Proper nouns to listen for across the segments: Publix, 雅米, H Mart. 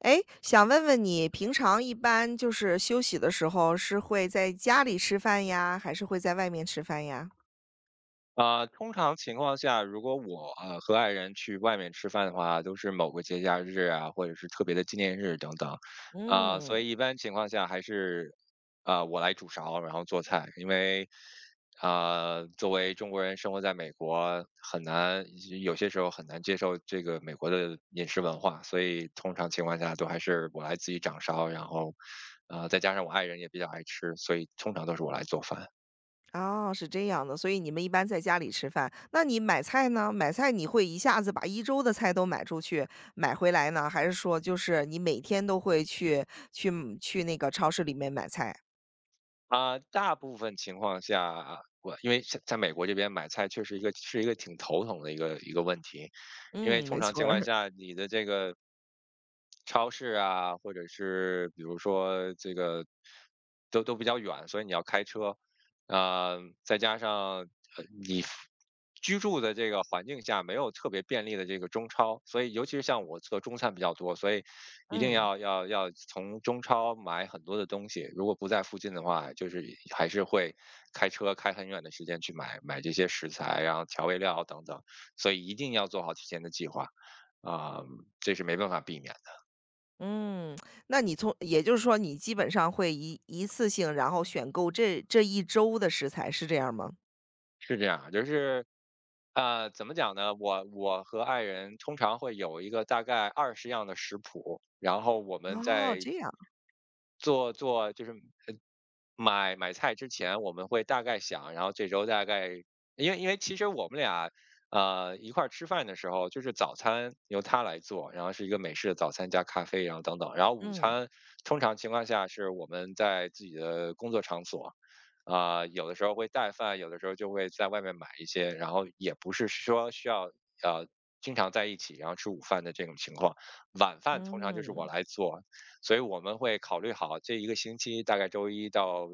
哎，想问问你，平常一般就是休息的时候，是会在家里吃饭呀，还是会在外面吃饭呀？啊，通常情况下，如果我和爱人去外面吃饭的话，都是某个节假日啊，或者是特别的纪念日等等，啊、嗯。所以一般情况下还是啊、我来煮勺，然后做菜，因为啊、作为中国人生活在美国，很难有些时候很难接受这个美国的饮食文化，所以通常情况下都还是我来自己掌勺，然后再加上我爱人也比较爱吃，所以通常都是我来做饭。哦，是这样的，所以你们一般在家里吃饭。那你买菜呢？买菜你会一下子把一周的菜都买出去，买回来呢？还是说就是你每天都会去去那个超市里面买菜？啊，大部分情况下，我因为在美国这边买菜确实一个挺头疼的一个问题，因为嗯，没通常错情况儿。下，你的这个超市啊，或者是比如说这个都比较远，所以你要开车。再加上你居住的这个环境下没有特别便利的这个中超，所以尤其是像我做中餐比较多，所以一定嗯。要从中超买很多的东西。如果不在附近的话，就是还是会开车开很远的时间去买这些食材啊，然后调味料等等，所以一定要做好提前的计划。啊、这是没办法避免的，嗯，那你从也就是说你基本上会一次性，然后选购这一周的食材，是这样吗？是这样啊，就是啊，怎么讲呢？我和爱人通常会有一个大概20样的食谱，然后我们哦，在这样。做就是呃，买菜之前我们会大概想，然后这周大概因为其实我们俩，一块儿吃饭的时候，就是早餐由他来做，然后是一个美式的早餐加咖啡，然后等等，然后午嗯。餐通常情况下是我们在自己的工作场所，啊、有的时候会带饭，有的时候就会在外面买一些，然后也不是说需要呃经常在一起，然后吃午饭的这种情况。晚饭通常就是我嗯。来做，所以我们会考虑好这一个星期，大概周一到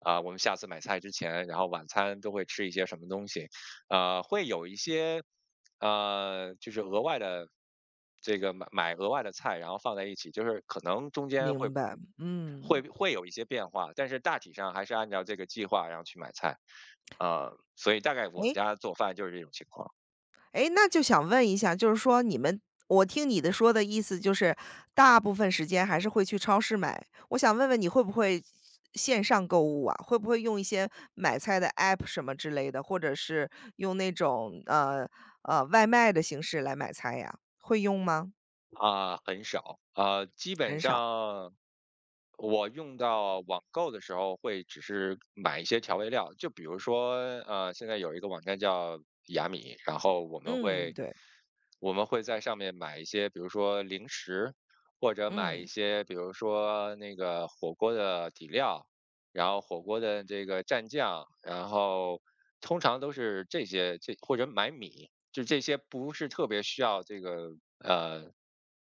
啊、我们下次买菜之前，然后晚餐都会吃一些什么东西，会有一些就是额外的这个买额外的菜，然后放在一起，就是可能中间明白，嗯。会有一些变化，但是大体上还是按照这个计划然后去买菜，所以大概我们诶，家做饭就是这种情况。诶，那就想问一下，就是说你们，我听你的说的意思就是，大部分时间还是会去超市买。我想问问你会不会线上购物啊？会不会用一些买菜的 App 什么之类的，或者是用那种，外卖的形式来买菜呀？会用吗？啊、很少啊、基本很少，上我用到网购的时候会只是买一些调味料，就比如说，现在有一个网站叫雅米，然后嗯，对。我们会在上面买一些，比如说零食，或者买一嗯。些，比如说那个火锅的底料，然后火锅的这个蘸酱，然后通常都是这些，这或者买米，就这些不是特别需要这个呃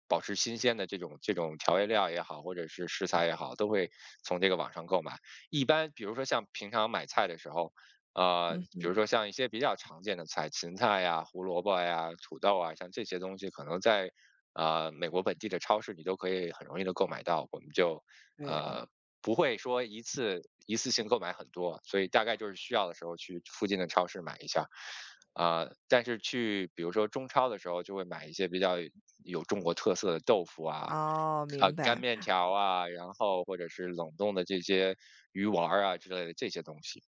保持新鲜的这种调味料也好，或者是食材也好，都会从这个网上购买。一般比如说像平常买菜的时候，嗯比嗯，如说像一些比较常见的菜，芹菜呀、胡萝卜呀、土豆啊，像这些东西，可能在美国本地的超市你都可以很容易的购买到。我们就对。呃不会说一次性购买很多，所以大概就是需要的时候去附近的超市买一下。啊、但是去比如说中超的时候，就会买一些比较有中国特色的豆腐啊，哦，啊、明干白。面条啊，然后或者是冷冻的这些鱼丸儿啊之类的这些东西。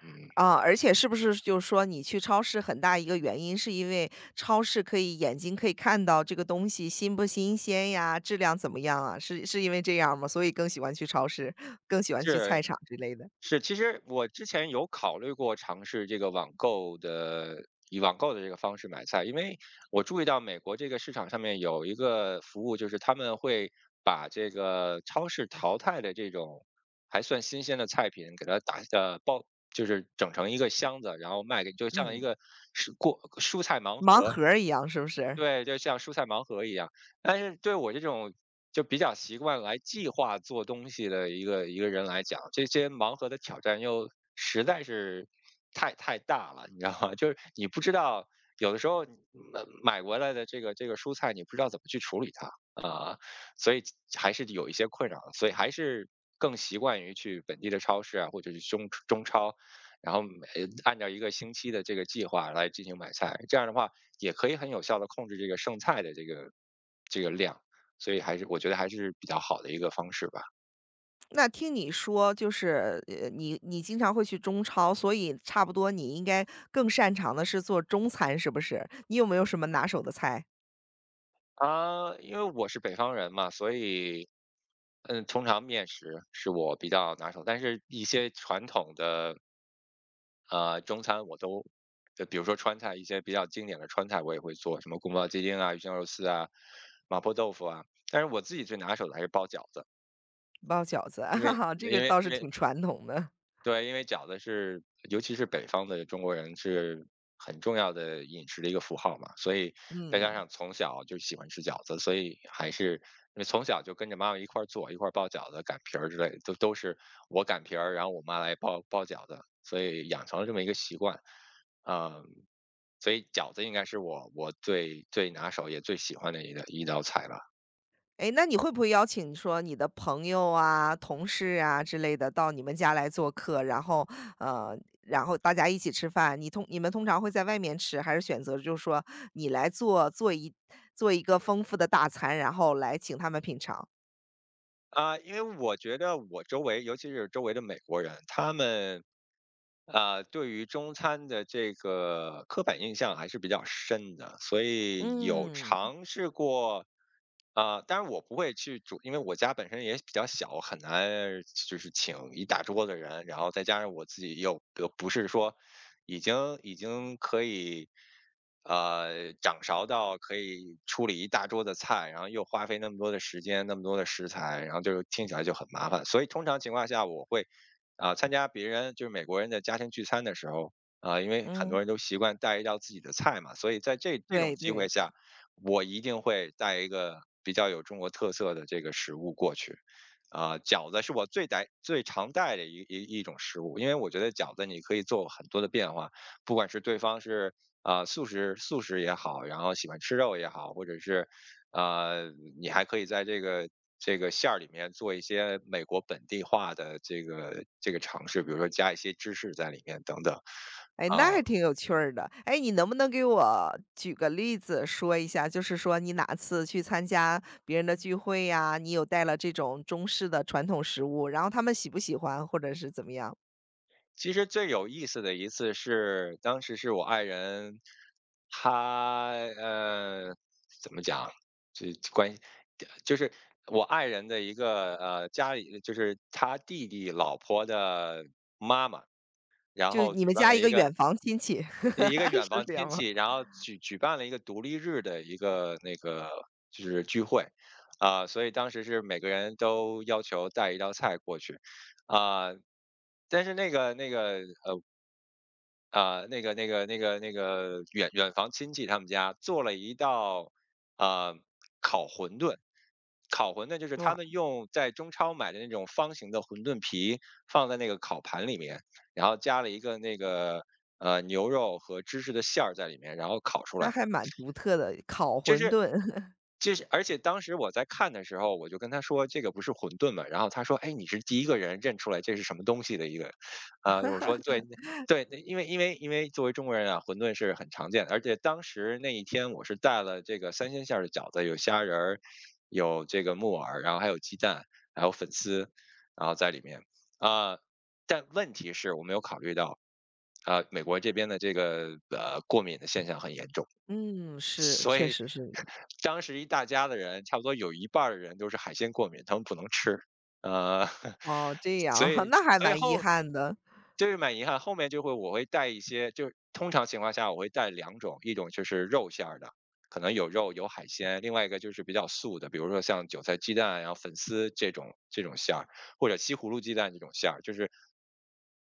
嗯，啊，而且是不是就是说你去超市很大一个原因，是因为超市可以眼睛可以看到这个东西新不新鲜呀，质量怎么样啊？是因为这样吗？所以更喜欢去超市，更喜欢去是菜场之类的。是，其实我之前有考虑过尝试这个网购的，以网购的这个方式买菜，因为我注意到美国这个市场上面有一个服务，就是他们会把这个超市淘汰的这种还算新鲜的菜品，给它打包，就是整成一个箱子，然后卖给，就像一嗯，个蔬菜盲盲盒，盒儿一样是不是？对，就像蔬菜盲盒一样。但是对我这种就比较习惯来计划做东西的一个人来讲，这些盲盒的挑战又实在是太大了，你知道吗？就是你不知道有的时候你买回来的这个蔬菜，你不知道怎么去处理它。所以还是有一些困扰，所以还是更习惯于去本地的超市啊，或者是中超，然后按照一个星期的这个计划来进行买菜，这样的话也可以很有效的控制这个剩菜的这个量，所以还是我觉得还是比较好的一个方式吧。那听你说，就是你你经常会去中超，所以差不多你应该更擅长的是做中餐，是不是？你有没有什么拿手的菜？啊，因为我是北方人嘛，所以通常面食是我比较拿手，但是一些传统的中餐我都就比如说川菜，一些比较经典的川菜我也会做，什么宫保鸡丁啊、鱼香肉丝啊、麻婆豆腐啊。但是我自己最拿手的还是包饺子，包饺子啊，哈哈，这个倒是因为挺传统的。对，因为饺子是尤其是北方的中国人是很重要的饮食的一个符号嘛，所以再加嗯。上从小就喜欢吃饺子，所以还是因为从小就跟着妈妈一块儿做，一块儿包饺子、擀皮儿之类的，都是我擀皮儿，然后我妈来包饺子，所以养成了这么一个习惯。嗯，所以饺子应该是我最最拿手也最喜欢的一道菜了。哎，那你会不会邀请说你的朋友啊、同事啊之类的到你们家来做客，然后，然后大家一起吃饭？你们通常会在外面吃，还是选择就是说你来做一个丰富的大餐，然后来请他们品尝？啊，因为我觉得我周围，尤其是周围的美国人，他们啊，对于中餐的这个刻板印象还是比较深的，所以有嗯。尝试过，啊、当然我不会去煮，因为我家本身也比较小，我很难就是请一大桌的人，然后再加上我自己又不是说已经可以，掌勺到可以处理一大桌的菜，然后又花费那么多的时间，那么多的食材，然后就听起来就很麻烦，所以通常情况下我会。啊，参加别人就是美国人的家庭聚餐的时候，啊，因为很多嗯。人都习惯带一道自己的菜嘛，所以在这种对机会对。下，我一定会带一个比较有中国特色的这个食物过去。啊，饺子是我最常带的一种食物，因为我觉得饺子你可以做很多的变化，不管是对方是啊、素食也好，然后喜欢吃肉也好，或者是呃，你还可以在这个馅儿里面做一些美国本地化的这个尝试，比如说加一些芝士在里面等等。哎，啊，那还挺有趣儿的。哎，你能不能给我举个例子说一下，就是说你哪次去参加别人的聚会呀，你有带了这种中式的传统食物，然后他们喜不喜欢或者是怎么样？其实最有意思的一次是，当时是我爱人，他呃，怎么讲，这关系就是我爱人的一个家里，就是他弟弟老婆的妈妈，然就后你举们办家了一一个个远房亲戚，一个 远是房这样亲吗？戚，然后举办了一个独立日的一个那个就是聚会，啊、所以当时是每个人都要求带一道菜过去，啊、但是那个远房亲戚他们家做了一道，呃，烤馄饨。烤馄饨就是他哇，们用在中超买的那种方形的馄饨皮放在那个烤盘里面，然后加了一个那个，牛肉和芝士的馅儿在里面，然后烤出那来。还蛮独特的，烤就馄是饨。就是而且当时我在看的时候，我就跟他说这个不是馄饨嘛，然后他说："哎，你是第一个人认出来这是什么东西的一个。"我说："对，对，因为作为中国人啊，馄饨是很常见的，而且当时那一天我是带了这个三鲜馅儿的饺子，有虾仁儿，有这个木耳，然后还有鸡蛋，还有粉丝，然后在里面。啊，但问题是我没有考虑到，美国这边的这个过敏的现象很严重。嗯，是，所确以实是。当时一大家的人，差不多有一半儿的人都是海鲜过敏，他们不能吃。呃，哦，这样所啊 以那还所以蛮遗后憾的，就是蛮遗憾，后面我会带一些，就是通常情况下我会带两种，一种就是肉馅儿的，可能有肉有海鲜；另外一个就是比较素的，比如说像韭菜鸡蛋，然后粉丝这种馅儿，或者西葫芦鸡蛋这种馅儿，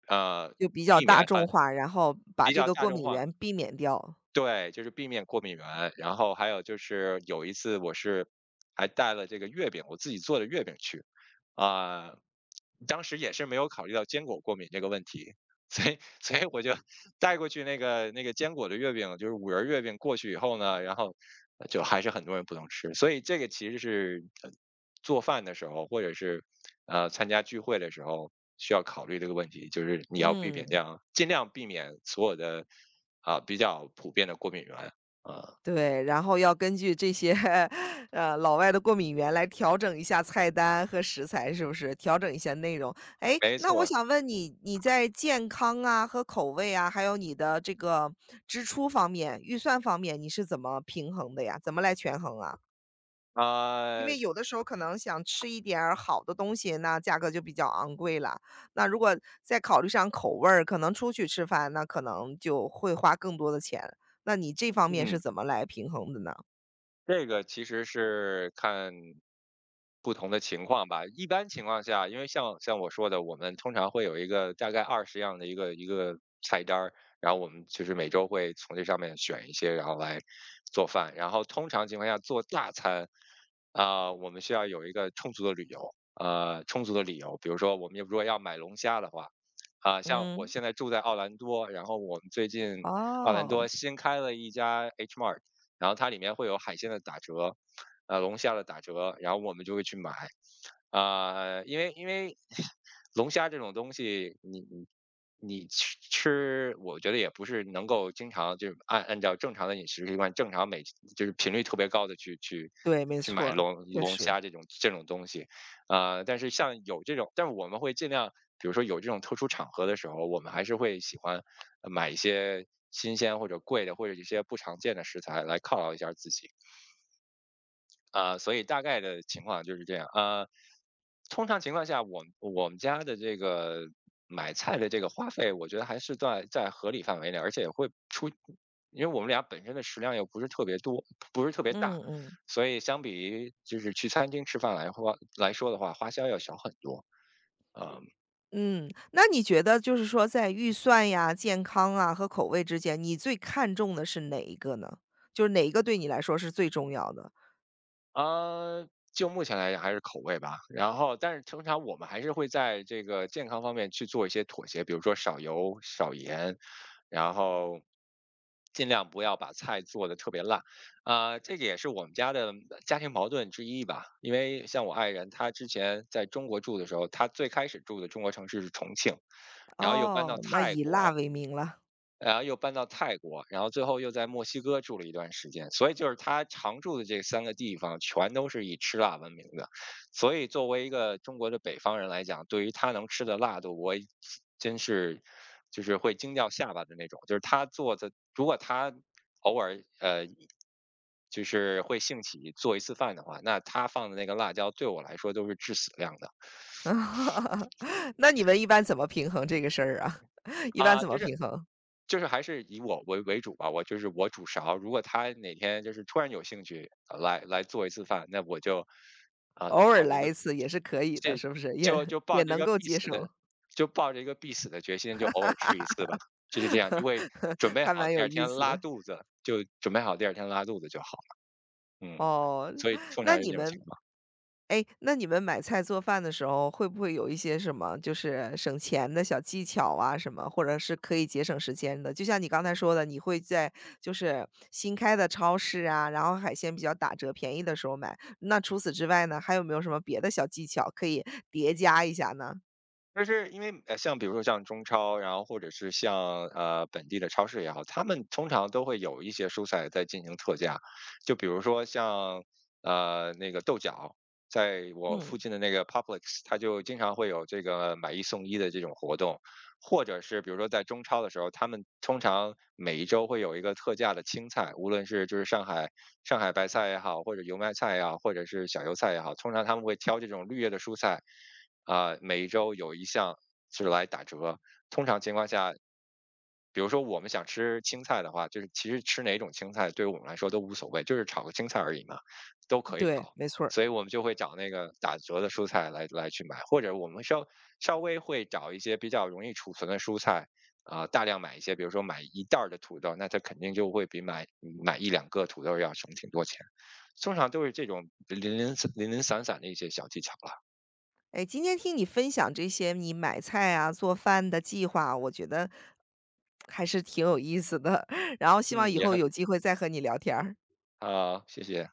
呃，就比较避大免众很化，然后把比这较个大过众敏化。源避免掉。对，就是避免过敏源。然后还有就是有一次我是还带了这个月饼，我自己做的月饼去，啊、当时也是没有考虑到坚果过敏这个问题，所以我就 带过去那个坚果的月饼，就是五仁儿月饼过去以后呢，然后就还是很多人不能吃，所以这个其实是做饭的时候或者是参加聚会的时候需要考虑这个问题，就是你要避免这嗯。样，尽量避免所有的。比较普遍的过敏源，啊，对，然后要根据这些 老外的过敏源来调整一下菜单和食材，是不是？调整一下内容。哎，没那我错，想问你，你在健康啊和口味啊，还有你的这个支出方面、预算方面，你是怎么平衡的呀？怎么来权衡啊？因啊，为有的时候可能想吃一点儿好的东西，那价格就比较昂贵了。那如果再考虑上口味儿，可能出去吃饭，那可能就会花更多的钱。那你这方面是嗯。怎么来平衡的呢？这个其实是看不同的情况吧。一般情况下，因为像我说的，我们通常会有一个大概20样的一个菜单儿，然后我们就是每周会从这上面选一些，然后来做饭。然后通常情况下做大餐，我们需要有一个充足的理由，充足的理由。比如说，我们如果要买龙虾的话，像我嗯。现在住在奥兰多，然后我们最近奥兰多哦。新开了一家 H Mart。然后它里面会有海鲜的打折，龙虾的打折，然后我们就会去买。因为 龙虾这种东西，你吃，我觉得也不是能够经常就是按照正常的饮食习惯，正常就是频率特别高的去去对，没去错买儿，龙确龙实。虾这种东西，啊，但是像有这种，但是我们会尽量，比如说有这种特殊场合的时候，我们还是会喜欢买一些新鲜或者贵的，或者一些不常见的食材来犒劳一下自己。所以大概的情况就是这样。通常情况下，我们家的这个买菜的这个花费，我觉得还是在合理范围内，而且会出，因为我们俩本身的食量又不是特别多，不是特别嗯大，嗯。所以相比于就是去餐厅吃饭来说的话，花销要小很多。啊。嗯，那你觉得就是说在预算呀、健康啊和口味之间，你最看重的是哪一个呢？就是哪一个对你来说是最重要的？啊，就目前来讲还是口味吧。然后，但是通常我们还是会在这个健康方面去做一些妥协，比如说少油、少盐，然后尽量不要把菜做的特别辣。这个也是我们家的家庭矛盾之一吧。因为像我爱人，她之前在中国住的时候，她最开始住的中国城市是重庆，然后又搬到哦，那泰以辣国，为名了。然后又搬到泰国，然后最后又在墨西哥住了一段时间，所以就是他常住的这三个地方全都是以吃辣闻名的，所以作为一个中国的北方人来讲，对于他能吃的辣度，我真是就是会惊掉下巴的那种。就是他做的，如果他偶尔就是会兴起做一次饭的话，那他放的那个辣椒对我来说都是致死量的。 那你们一般怎么平衡这个事儿啊？一般啊、怎么就是平衡？就是还是以我为主吧，我就是我煮勺。如果他哪天就是突然有兴趣来做一次饭，那我就偶就尔抱着一来个一次也是可以的，这是不是？也就就也抱着一能个够必接死受。的，就抱着一个必死的决心，就偶尔去一次吧，就是这样，就会准 备还好蛮第有二意天思拉的。肚子，就准备好第二天拉肚子就好。嗯，哦，所以通那常是你这种情们，况。哎，那你们买菜做饭的时候，会不会有一些什么就是省钱的小技巧啊什么，或者是可以节省时间的？就像你刚才说的，你会在就是新开的超市啊，然后海鲜比较打折便宜的时候买。那除此之外呢，还有没有什么别的小技巧可以叠加一下呢？就是因为像比如说像中超，然后或者是像本地的超市也好，他们通常都会有一些蔬菜在进行特价，就比如说像那个豆角，在我附嗯，近的那个 Publix，它就经常会有这个买一送一的这种活动，或者是比如说在中超的时候，他们通常每一周会有一个特价的青菜，无论是就是上海白菜也好，或者油麦菜也好，或者是小油菜也好，通常他们会挑这种绿叶的蔬菜。每一周有一项是来打折。通常情况下，比如说我们想吃青菜的话，就是其实吃哪种青菜对于我们来说都无所谓，就是炒个青菜而已嘛，都可以对，炒。没错儿。所以我们就会找那个打折的蔬菜来去买，或者我们稍微会找一些比较容易储存的蔬菜，大量买一些，比如说买一袋儿的土豆，那它肯定就会比买一两个土豆要省挺多钱。通常都是这种零零散散的一些小技巧了，哎，今天听你分享这些你买菜啊、做饭的计划，我觉得还是挺有意思的。然后希望嗯，以也后很。有机会再和你聊天儿。好，谢谢。